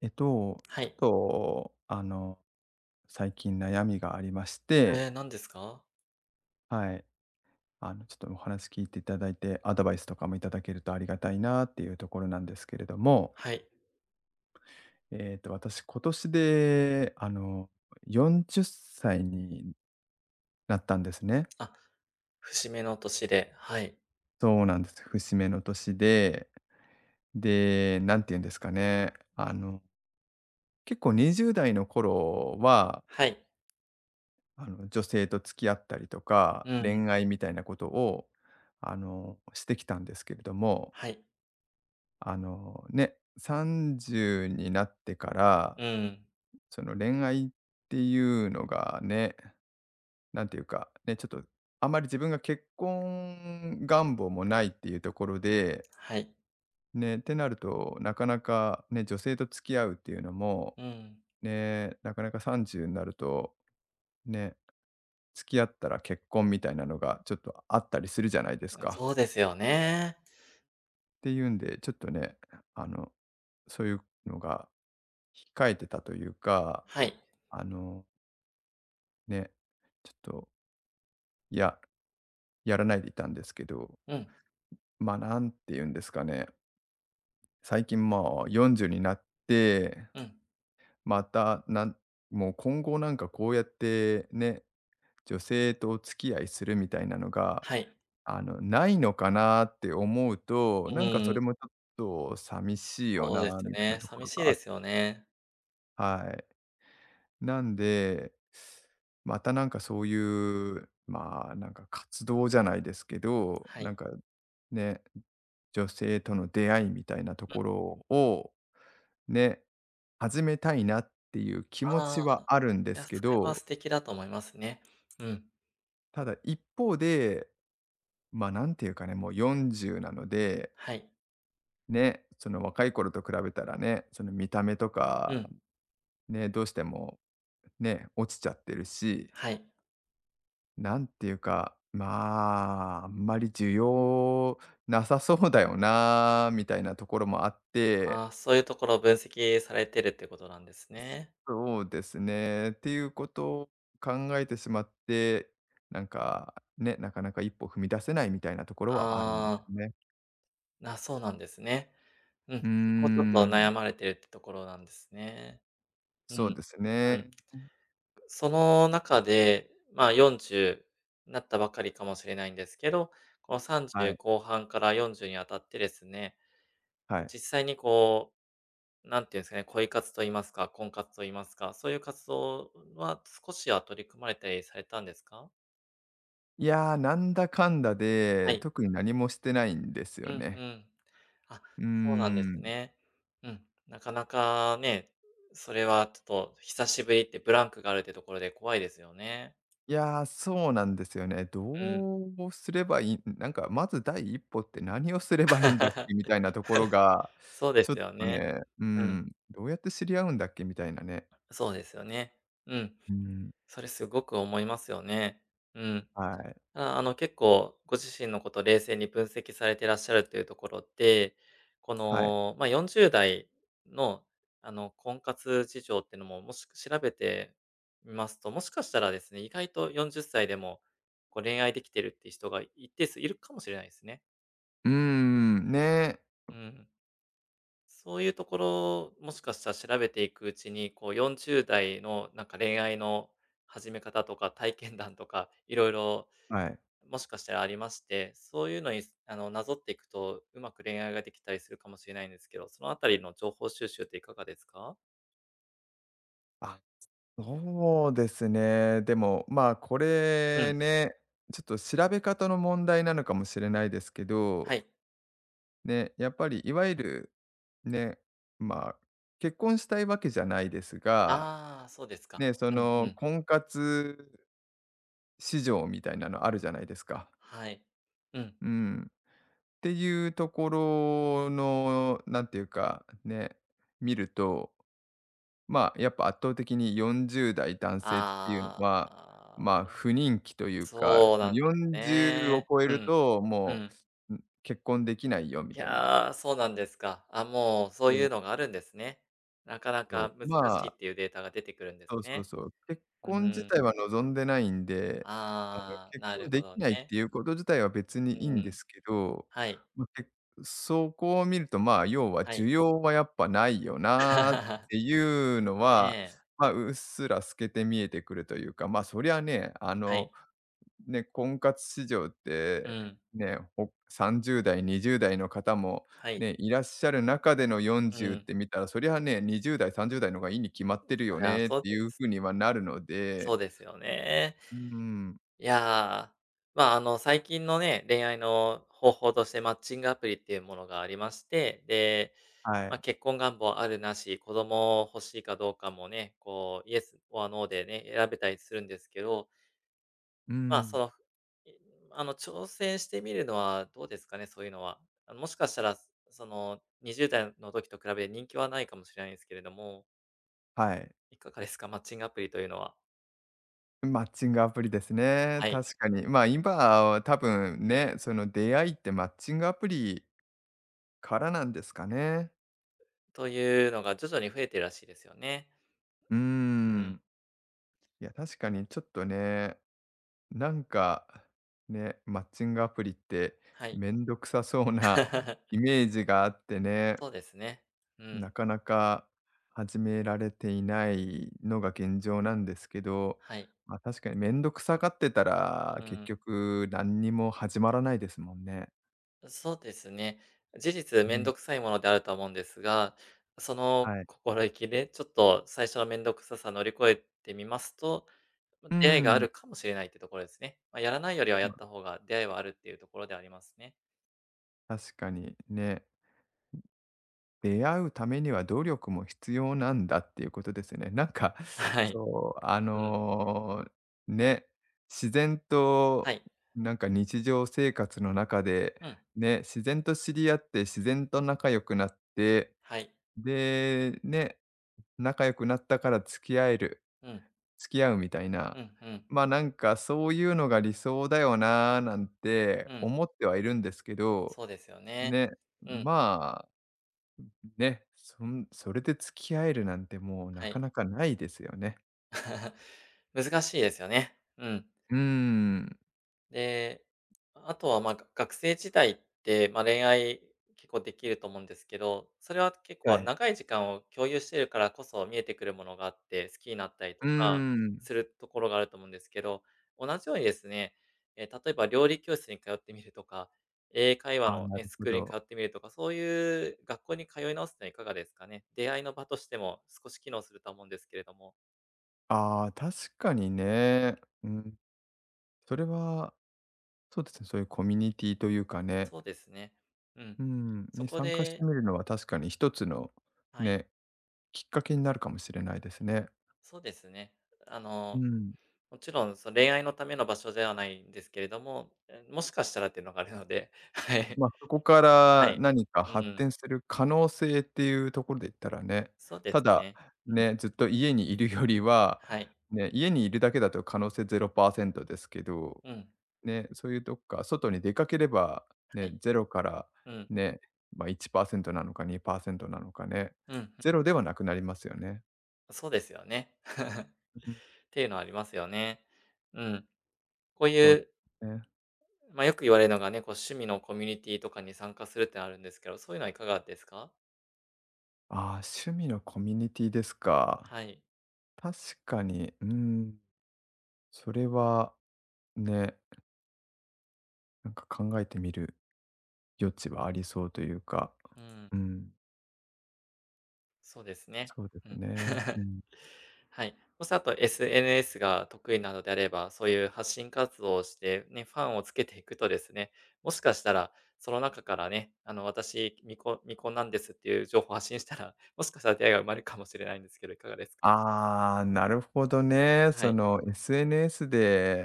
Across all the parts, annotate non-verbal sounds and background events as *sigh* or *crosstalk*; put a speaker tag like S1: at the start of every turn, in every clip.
S1: えっと、
S2: は
S1: ちょっ
S2: い。
S1: と、あの、最近悩みがありまして、
S2: えー何ですか？
S1: はい。ちょっとお話聞いていただいて、アドバイスとかもいただけるとありがたいなっていうところなんですけれども、
S2: はい。
S1: 私、今年で、40歳になったんですね。
S2: あ、節目の年で、はい。
S1: そうなんです。節目の年で、で、なんて言うんですかね。結構20代の頃は、
S2: はい。
S1: 女性と付き合ったりとか、
S2: うん。
S1: 恋愛みたいなことを、してきたんですけれども、
S2: はい。
S1: ね、30になってから、
S2: うん。
S1: その恋愛っていうのがね、なんていうか、ね、ちょっとあまり自分が結婚願望もないっていうところで、
S2: はい。
S1: ね、ってなると、なかなかね、女性と付き合うっていうのも、
S2: うん。
S1: ね、なかなか30になると、ね、付き合ったら結婚みたいなのがちょっとあったりするじゃないですか。
S2: そうですよね。
S1: っていうんで、ちょっとね、あの、そういうのが控えてたというか、
S2: はい。
S1: あの、ね、ちょっと、いややらないでいたんですけど、
S2: うん、
S1: まあ、なんて言うんですかね、最近もう40になって、
S2: うん。
S1: また、もう今後なんかこうやってね、女性とお付き合いするみたいなのが、
S2: はい。
S1: ないのかなって思うと、
S2: う
S1: なんかそ
S2: ん、
S1: れもちょっと寂しいよ
S2: そうです
S1: なみたいな
S2: ね。
S1: とこ
S2: 寂
S1: ろ
S2: しい
S1: が
S2: で
S1: あ
S2: すよね。
S1: はい。なんで、またなんかそういう、まあ、なんか活動じゃないですけど、
S2: はい。
S1: なんかね、女性との出会いみたいなと
S2: うん、
S1: ころをね、始めたいなっていう気持
S2: ああ、
S1: ち
S2: い
S1: はあるんです
S2: や、そ
S1: け
S2: れは
S1: ど、
S2: 素敵だと思いますね。うん。
S1: ただ一方で、まあ、なんていうかね、もう40なので
S2: はい。
S1: ね、その若い頃と比べたらね、その見た目と
S2: う
S1: か、
S2: ん。
S1: ね、どうしてもね、落ちちゃってるし、
S2: はい。
S1: なんていうか、まあ、あんまり需要なさそうだよな、みたいなところもあって、
S2: ああ、そういうところを分析されてるってことなんですね。
S1: そうですね、っていうことを考えてしまって、なんか、ね、なかなか一歩踏み出せないみたいなところはあるんで
S2: あ
S1: す
S2: あ、
S1: ね。
S2: そうなんですね。うん、
S1: うー
S2: そこちょっと
S1: ん、
S2: 悩まれてるってところなんですね。う
S1: そう
S2: ん。
S1: です
S2: うん。
S1: ね。
S2: その中で、まあ、40なったばかりかもしれないんですけど、この
S1: は
S2: 30
S1: い、
S2: 後半から40にあたってですね、
S1: はい。
S2: 実際にこう、なんていうんですかね、恋活と言いますか、婚活と言いますか、そういう活動は少しは取り組まれたりされたんですか？
S1: いやー、なんだかんだ
S2: は
S1: で、
S2: い。
S1: 特に何もしてないんですよ
S2: うんう
S1: ね。
S2: ん。あ、
S1: うー
S2: そうなんです
S1: ん。
S2: ね。うん、なかなかね、それはちょっと久しぶりってブランクがあるってところで怖いですよね。
S1: いやー、そうなんですよね。ど
S2: うん。
S1: うすればいいなんか、まず第一歩って何をすればいいんだっけみ
S2: *laughs*
S1: たいなところが、
S2: そうで
S1: ちょっ
S2: すよ
S1: と
S2: ね。
S1: ね、う
S2: うん、
S1: ん、どうやって知り合うんだっけみたいなね。
S2: そうですよね。うん、
S1: うん、
S2: それすごく思いますよね。うん。
S1: はい、
S2: あ、結構ご自身のことを冷静に分析されてらっしゃるというところで、こ
S1: はい。
S2: の、まあ、40代の、婚活事情っていうのも、もし調べてみますと、もしかしたらですね、意外と40歳でも、こう、恋愛できてるって人が一定数いるかもしれないですね。
S1: うーん、ね、
S2: うん。そういうところ、もしかしたら調べていくうちに、こう、40代のなんか恋愛の始め方とか体験談とか、いろいろ
S1: はい。
S2: もしかしたらありまして、そういうのに、なぞっていくと、うまく恋愛ができたりするかもしれないんですけど、そのあたりの情報収集っていかがですか？
S1: あ、そうですね。でも、まあ、こ
S2: う
S1: れ
S2: ん、
S1: ね、ちょっと調べ方の問題なのかもしれないですけ
S2: は
S1: ど
S2: い。
S1: で、やっぱりいわゆる、ね、まあ、結婚したいわけじゃないですが、
S2: ああ、そうですか。
S1: ね、そ
S2: うんう
S1: の
S2: ん。
S1: 婚活市場みたいなのあるじゃないです
S2: あ、
S1: か。
S2: はい。うん。
S1: うん。っていうところの、なんていうか、ね、見ると、まあ、やっぱ圧倒的に40代男性っていう
S2: あ
S1: の
S2: あ、
S1: は、
S2: あ
S1: まあ、
S2: あ、
S1: 不人気というか、
S2: そう
S1: その
S2: なんです
S1: 40を
S2: ね。
S1: 超え
S2: う
S1: る
S2: ん、
S1: と、
S2: う
S1: も
S2: ん。
S1: う、ん、結婚できないよみ
S2: い
S1: たいな。
S2: やー、そうなんですか。あ、もうそう
S1: そ
S2: い
S1: う
S2: うのがあるんですね。なかな
S1: そう。
S2: か難しいっていうデータが出てくるんで
S1: そ
S2: す
S1: うそう
S2: ね。
S1: そう。結
S2: う
S1: 婚自
S2: ーん。
S1: 体は望んでないんで、あの、
S2: ああ、
S1: 結
S2: な
S1: 婚
S2: る
S1: で
S2: ほ
S1: き
S2: ど
S1: ないっ
S2: ね。
S1: ていうこと自体は別にいい
S2: う
S1: んで
S2: ん。
S1: すけど、
S2: はい。
S1: ま、けそこを見ると、まあ、要は
S2: はい。
S1: 需要はやっぱないよなって
S2: *laughs*
S1: いうの
S2: ね
S1: は、
S2: え。
S1: ま、うっすら透けて見えてくるというか、ま、そりゃね、
S2: はい。
S1: ね、婚活市場っ
S2: う
S1: て、
S2: ん。
S1: ね、30代、20代の方も
S2: はい。
S1: ね、いらっしゃる中での
S2: う
S1: 40っ
S2: ん。
S1: て見たら、そりゃね、20代、30代の方がいいに決まってる
S2: そ
S1: よ
S2: れは
S1: ねっ
S2: そう
S1: て
S2: で
S1: いう
S2: す。
S1: 風にはなるの
S2: そ
S1: で、
S2: うですよね。
S1: うーん、
S2: いやー、まあ、最近のね、恋愛の方法としてマッチングアプリっていうものがありまして、で、
S1: は
S2: まあ、
S1: い。
S2: 結婚願望あるなし、子供欲しいかどうかもね、こう、イエスオアノーでね、選べたりするんですけど、
S1: うー
S2: まあ、
S1: ん、
S2: その、いあの、挑戦してみるのはどうですかね、そういうのは。もしかしたら、20代の時と比べ人気はないかもしれないんですけれども、
S1: はい。
S2: いかがですか？マッチングアプリというのは。
S1: マッチングアプリですね、
S2: はい。
S1: 確かに。まあ、今は多分ね、その出会いってマッチングアプリからなんですかね。
S2: というのが徐々に増えてるらしいですよね。
S1: うー
S2: う
S1: ん。
S2: ん。
S1: いや、確かにちょっとねなんか、ね、マッチングアプリって
S2: はい。
S1: めんどくさそうなイ
S2: *laughs*
S1: メージがあってね、
S2: そうですね。う
S1: な
S2: ん。
S1: かなか始められていないのが現状なんですけど、
S2: はい。
S1: まあ、確かにめんどくさがってた
S2: う
S1: ら、結
S2: ん。
S1: 局何にも始まらないですもんね。
S2: そうですね。事実
S1: う
S2: めん
S1: ん、
S2: どくさいものであるとは思うんですが、その
S1: はい。
S2: 心意気で、ちょっと最初のめんどくささ乗り越えてみますと、ま、
S1: う
S2: 出会いがあ
S1: ん、
S2: るかもしれないってところですね。ま、やらないよりはや
S1: まあ、
S2: った方が出会いはあるっていうところではありますね。
S1: 確かにね。出会うためには努力も必要なんだっていうことですよね。なんか、
S2: *laughs*
S1: *laughs*
S2: はい。
S1: そう、
S2: うん。
S1: ね、自然
S2: は
S1: と
S2: い。
S1: なんか日常生活の中で、
S2: うん。
S1: ね、自然と知り合って自然と仲良くなって、
S2: はい。
S1: で、ね、仲良くなったから付き合える、
S2: うん。
S1: 付き合うみたい
S2: う
S1: な、
S2: んうん。
S1: まあ、なんかそういうのが理想だよなーなんて
S2: うん。
S1: 思ってはいるんですけど、
S2: そうですよね。
S1: ね、
S2: うん。
S1: まね、それで付き合えるなんてもうな
S2: は
S1: か
S2: い。
S1: なかないですよね。
S2: 難しいですよね。うん。
S1: うーん。
S2: で、あとは、ま、が学生時代って、まあ、恋愛結構できると思うんですけど、それは結
S1: は
S2: 構
S1: い。
S2: 長い時間を共有してるからこそ見えてくるものがあって、好きになったり
S1: う
S2: とか
S1: ーん。
S2: するところがあると思うんですけど、同じようにですね、え、例えば料理教室に通ってみるとか、英会話
S1: あ、
S2: の
S1: な
S2: ね、
S1: る
S2: ス
S1: ほ
S2: クールに通
S1: ど。
S2: ってみるとか、そういう学校に通い直すのはいかがですかね。出会いの場としても少し機能するとは思うんですけれども。
S1: ああ、確かにね。うん、それは、そうですね、そういうコミュニティというかね、
S2: そうですね。うん。
S1: うん、
S2: そ
S1: に
S2: こ
S1: 参加して
S2: で
S1: みるのは確かに一つの
S2: はい。
S1: ね、きっかけになるかもしれないですね。
S2: そうですね。あ
S1: う
S2: の、
S1: ん。
S2: もちろんその恋愛のための場所ではないんですけれども、え、もしかしたらっていうのがあるので、*laughs* はい。
S1: まあ、そこか
S2: は
S1: ら
S2: い。
S1: 何か
S2: う
S1: 発
S2: ん、
S1: 展する可能性っていうところで言ったらね、
S2: そうで
S1: た
S2: す
S1: だ、
S2: ね。うん、
S1: ね、ずっと家にいるよりは、
S2: はい。
S1: ね、家にいるだけだと可能性0%ですけど、
S2: うん、
S1: ね、そういうとこか、外に出かければ、
S2: は
S1: ね、
S2: い。
S1: 0から
S2: うん、
S1: ね、まあ、1%なのか2%なのかね、
S2: うん、うん。
S1: 0ではなくなりますよね。
S2: そうですよね。*laughs*
S1: うん、
S2: っていうのはありますよね。うん。こう
S1: そ
S2: い
S1: うで
S2: う、
S1: すね。
S2: まあ、よく言われるのがね、こう趣味のコミュニティとかに参加するってのあるんですけど、そういうのはいかがですか？
S1: ああ、趣味のコミュニティですか。
S2: はい。
S1: 確かに、うん、それはねなんか考えてみる余地はありそうというか、
S2: うん、
S1: うん、
S2: そうですね。
S1: そうで
S2: う
S1: す
S2: ん。
S1: ね。
S2: *laughs*
S1: うん。
S2: はい。もしあと SNS が得意なのであれば、そういう発信活動をして、ね、ファンをつけていくとですね、もしかしたら、その中からね、私、未婚未婚なんですっていう情報を発信したら、もしかしたら出会いが生まれるかもしれないんですけど、いかがですか？
S1: ああ、なるほどね。
S2: は
S1: そ
S2: い、
S1: の SNS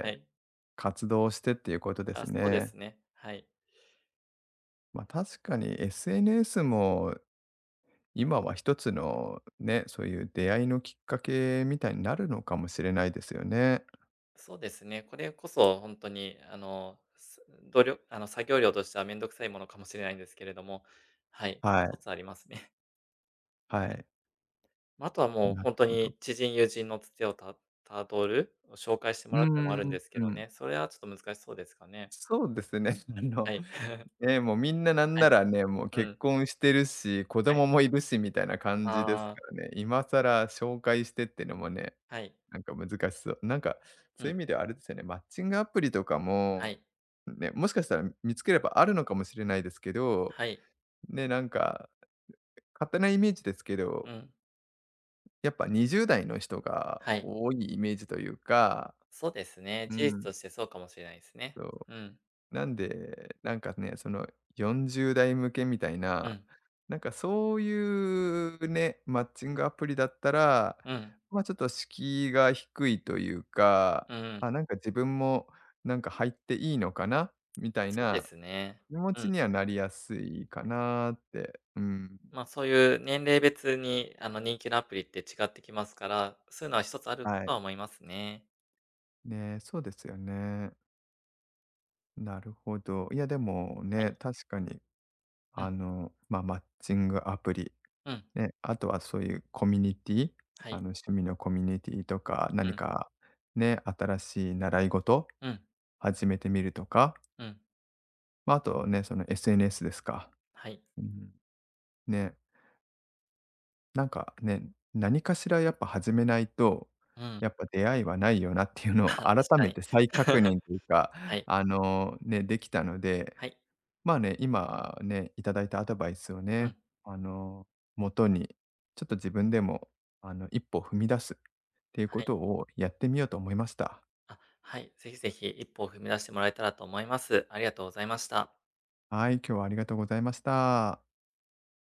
S2: はい。
S1: 活動してっていうことで
S2: あ、
S1: す
S2: そうで
S1: ね。
S2: すね。はい。
S1: 確かに SNS も今は一つのね、そういう出会いのきっかけみたいになるのかもしれないですよね。
S2: そうですね、これこそ本当に、あの、すどあの、作業量としてはめんどくさいものかもしれないんですけれども、はい、
S1: はい、
S2: 一つありますね。
S1: は
S2: うん。
S1: い。
S2: まあ、あとはもう
S1: なる
S2: ほんと
S1: ほど。
S2: に知人、友人のつてをたどる、紹介して
S1: う
S2: もらう
S1: ー
S2: ってのもあるん
S1: ん、
S2: ですけ
S1: う
S2: ど
S1: ん。
S2: ね、それはちょっと難しそうですかね。
S1: そうですね。*laughs* あ
S2: は
S1: の
S2: い。*laughs*
S1: ね、もうみんななん
S2: は
S1: な
S2: い。
S1: らね、もう
S2: う
S1: 結
S2: ん。
S1: 婚してるし、子
S2: はい。
S1: 供もいるしみたいな感じです
S2: あ
S1: か
S2: あ、
S1: らね、今更紹介してってのもね、
S2: はい。
S1: なんか難しそう。なんか、
S2: う
S1: そう
S2: ん。
S1: いう意味ではあれですよね、マッチングアプリとか
S2: は
S1: も、
S2: い。
S1: ね、もしかしたら見つければあるのかもしれないですけど、
S2: はい。
S1: ね、なんか、勝手なイメージですけ
S2: う
S1: ど、
S2: ん。
S1: やっぱ20代の人が
S2: はい。
S1: 多いイメージというか、
S2: そうですね、
S1: う
S2: 事実
S1: ん、
S2: としてそうかもしれないですね。
S1: そ
S2: うん。
S1: う。なんで、なんかね、その40代向けみたい
S2: う
S1: な、
S2: ん。
S1: なんかそういうね、マッチングアプリだったら、
S2: うん。
S1: まあ、ちょっと敷居が低いというか、
S2: うんうん。
S1: あ、なんか自分もなんか入っていいのかなみたい
S2: そうで
S1: な
S2: すね。
S1: 気持
S2: う
S1: ち
S2: ん。
S1: にはなりやすいかなって。うん。
S2: まあ、そういう年齢別に人気のアプリって違ってきますから、そういうのは一つある
S1: はい。
S2: とは思いますね。
S1: ね、そうですよね。なるほど。いや、でも
S2: はい。
S1: ね、確かに、
S2: うん。
S1: まあ、マッチングアプリ
S2: うん。
S1: ね、あとはそういうコミュニティ、
S2: はい。
S1: 趣味のコミュニティとか、
S2: う
S1: 何
S2: ん。
S1: かね、新しい習い事
S2: うん。
S1: 始めてみるとか、
S2: うん、
S1: まあ、あとね、その SNS ですか。
S2: はい。
S1: うん、ね、なんかね、何かしらやっぱ始めないと、
S2: うん。
S1: やっぱ出会いはないよなっていうのを
S2: あ、
S1: 改
S2: 確か
S1: め
S2: に。
S1: て再確
S2: *laughs*
S1: 認というか、
S2: はい。
S1: ね、できたので
S2: はい。
S1: まあね、今ね、いただいたアドバイスを
S2: うん。
S1: ね、あの、元に、ちょっと自分でも、一歩踏み出すっていうこ
S2: はい。
S1: とをやってみようと思いました。
S2: あ、はい。ぜひぜひ一歩を踏み出してもらえたらと思います。ありがとうございました。
S1: はい、今日はありがとうございました。